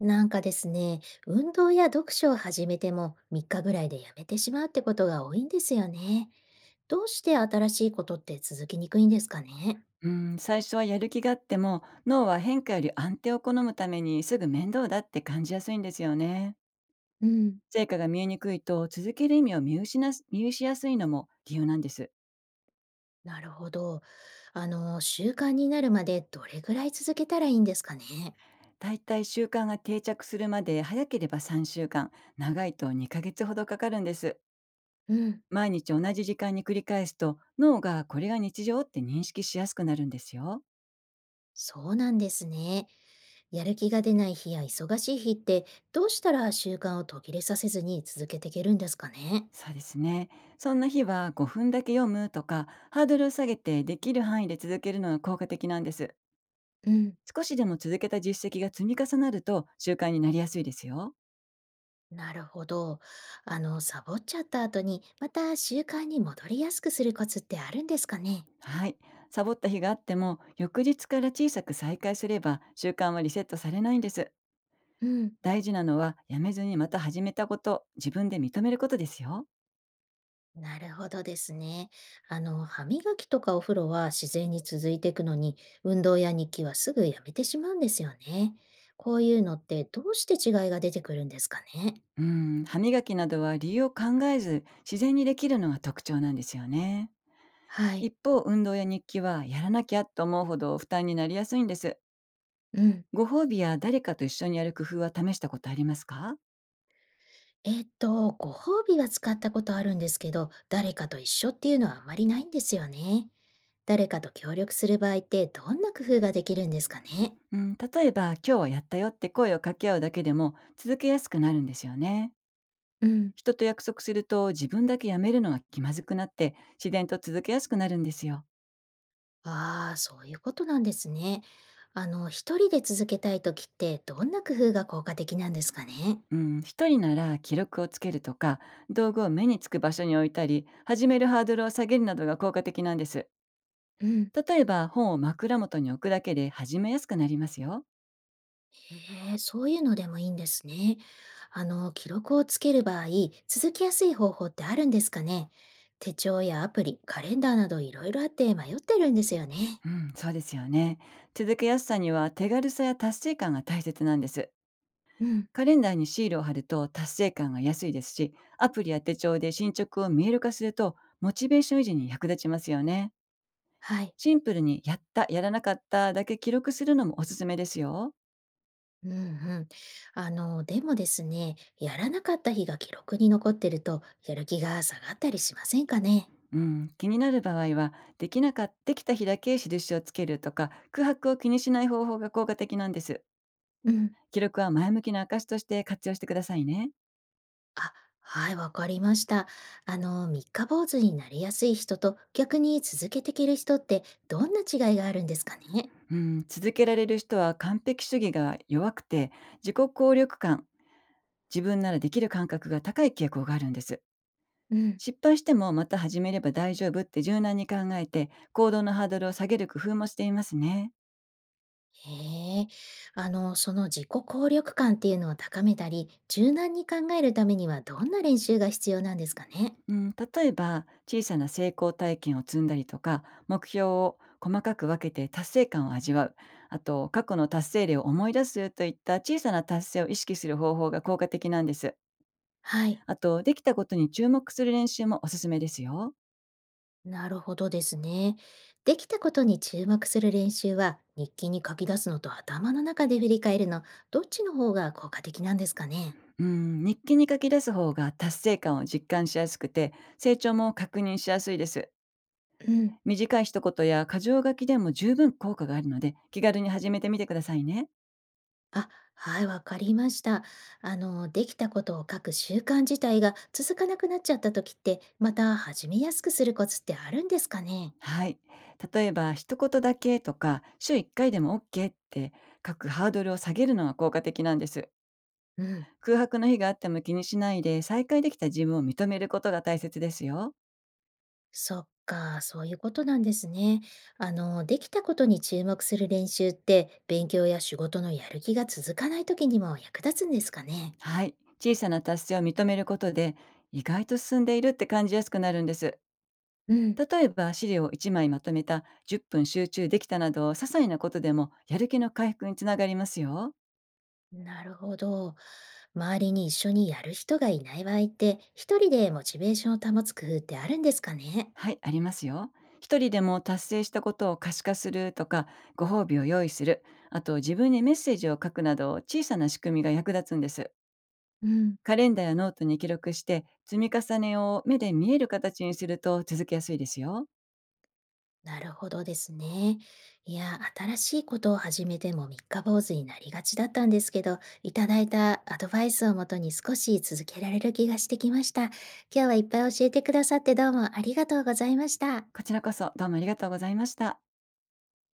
なんかですね、運動や読書を始めても3日ぐらいでやめてしまうってことが多いんですよね。どうして新しいことって続きにくいんですかね？うん、最初はやる気があっても脳は変化より安定を好むためにすぐ面倒だって感じやすいんですよね。うん、成果が見えにくいと続ける意味を見失いやすいのも理由なんです。なるほど。習慣になるまでどれぐらい続けたらいいんですかね？だいたい習慣が定着するまで、早ければ3週間、長いと2ヶ月ほどかかるんです。うん、毎日同じ時間に繰り返すと、脳がこれが日常って認識しやすくなるんですよ。そうなんですね。やる気が出ない日や忙しい日って、どうしたら習慣を途切れさせずに続けていけるんですかね？そうですね。そんな日は5分だけ読むとか、ハードルを下げてできる範囲で続けるのが効果的なんです。うん。少しでも続けた実績が積み重なると、習慣になりやすいですよ。なるほど。サボっちゃった後に、また習慣に戻りやすくするコツってあるんですかね？はい。サボった日があっても、翌日から小さく再開すれば習慣はリセットされないんです。うん、大事なのは、やめずにまた始めたこと、自分で認めることですよ。なるほどですね。歯磨きとかお風呂は自然に続いていくのに、運動や日記はすぐやめてしまうんですよね。こういうのってどうして違いが出てくるんですかね？うん、歯磨きなどは理由を考えず、自然にできるのが特徴なんですよね。はい。一方、運動や日記はやらなきゃと思うほど負担になりやすいんです。うん。ご褒美や誰かと一緒にやる工夫は試したことありますか？ご褒美は使ったことあるんですけど、誰かと一緒っていうのはあまりないんですよね。誰かと協力する場合ってどんな工夫ができるんですかね？うん、例えば「今日はやったよ」って声を掛け合うだけでも続けやすくなるんですよね。うん、人と約束すると、自分だけやめるのが気まずくなって、自然と続けやすくなるんですよ。ああ、そういうことなんですね。一人で続けたいときってどんな工夫が効果的なんですかね？うん、一人なら記録をつけるとか、道具を目につく場所に置いたり、始めるハードルを下げるなどが効果的なんです。うん、例えば本を枕元に置くだけで始めやすくなりますよ。へえ、そういうのでもいいんですね。記録をつける場合、続きやすい方法ってあるんですかね？手帳やアプリ、カレンダーなどいろいろあって迷ってるんですよね。うん、そうですよね。続けやすさには手軽さや達成感が大切なんです。うん。カレンダーにシールを貼ると達成感が安いですし、アプリや手帳で進捗を見える化すると、モチベーション維持に役立ちますよね。はい。シンプルにやった、やらなかっただけ記録するのもおすすめですよ。うんうん。でもですね、やらなかった日が記録に残ってると、やる気が下がったりしませんかね？うん、気になる場合は、できなかった、できた日だけ印をつけるとか、空白を気にしない方法が効果的なんです。うん。記録は前向きな証として活用してくださいね。あ、はい、わかりました。三日坊主になりやすい人と、逆に続けていける人って、どんな違いがあるんですかね？うん、続けられる人は完璧主義が弱くて、自己効力感、自分ならできる感覚が高い傾向があるんです。うん。失敗してもまた始めれば大丈夫って柔軟に考えて、行動のハードルを下げる工夫もしていますね。へえ。その自己効力感っていうのを高めたり、柔軟に考えるためには、どんな練習が必要なんですかね？うん、例えば小さな成功体験を積んだりとか、目標を細かく分けて達成感を味わう、あと過去の達成例を思い出すといった、小さな達成を意識する方法が効果的なんです。はい。あと、できたことに注目する練習もおすすめですよ。なるほどですね。できたことに注目する練習は、日記に書き出すのと頭の中で振り返るの、どっちの方が効果的なんですかね？うん、日記に書き出す方が達成感を実感しやすくて、成長も確認しやすいです。うん。短い一言や箇条書きでも十分効果があるので、気軽に始めてみてくださいね。あ、はい、わかりました。できたことを書く習慣自体が続かなくなっちゃった時って、また始めやすくするコツってあるんですかね？はい。例えば、一言だけとか、週1回でも OK って、書くハードルを下げるのが効果的なんです。うん。空白の日があっても気にしないで、再開できた自分を認めることが大切ですよ。そっか、そういうことなんですね。できたことに注目する練習って、勉強や仕事のやる気が続かない時にも役立つんですかね？はい。小さな達成を認めることで、意外と進んでいるって感じやすくなるんです。うん、例えば、資料を1枚まとめた、10分集中できたなど、些細なことでもやる気の回復につながりますよ。なるほど。周りに一緒にやる人がいない場合って、一人でモチベーションを保つ工夫ってあるんですかね？はい、ありますよ。一人でも達成したことを可視化するとか、ご褒美を用意する、あと自分にメッセージを書くなど、小さな仕組みが役立つんです。うん、カレンダーやノートに記録して、積み重ねを目で見える形にすると続けやすいですよ。なるほどですね。いや、新しいことを始めても三日坊主になりがちだったんですけど、いただいたアドバイスをもとに少し続けられる気がしてきました。今日はいっぱい教えてくださってどうもありがとうございました。こちらこそどうもありがとうございました。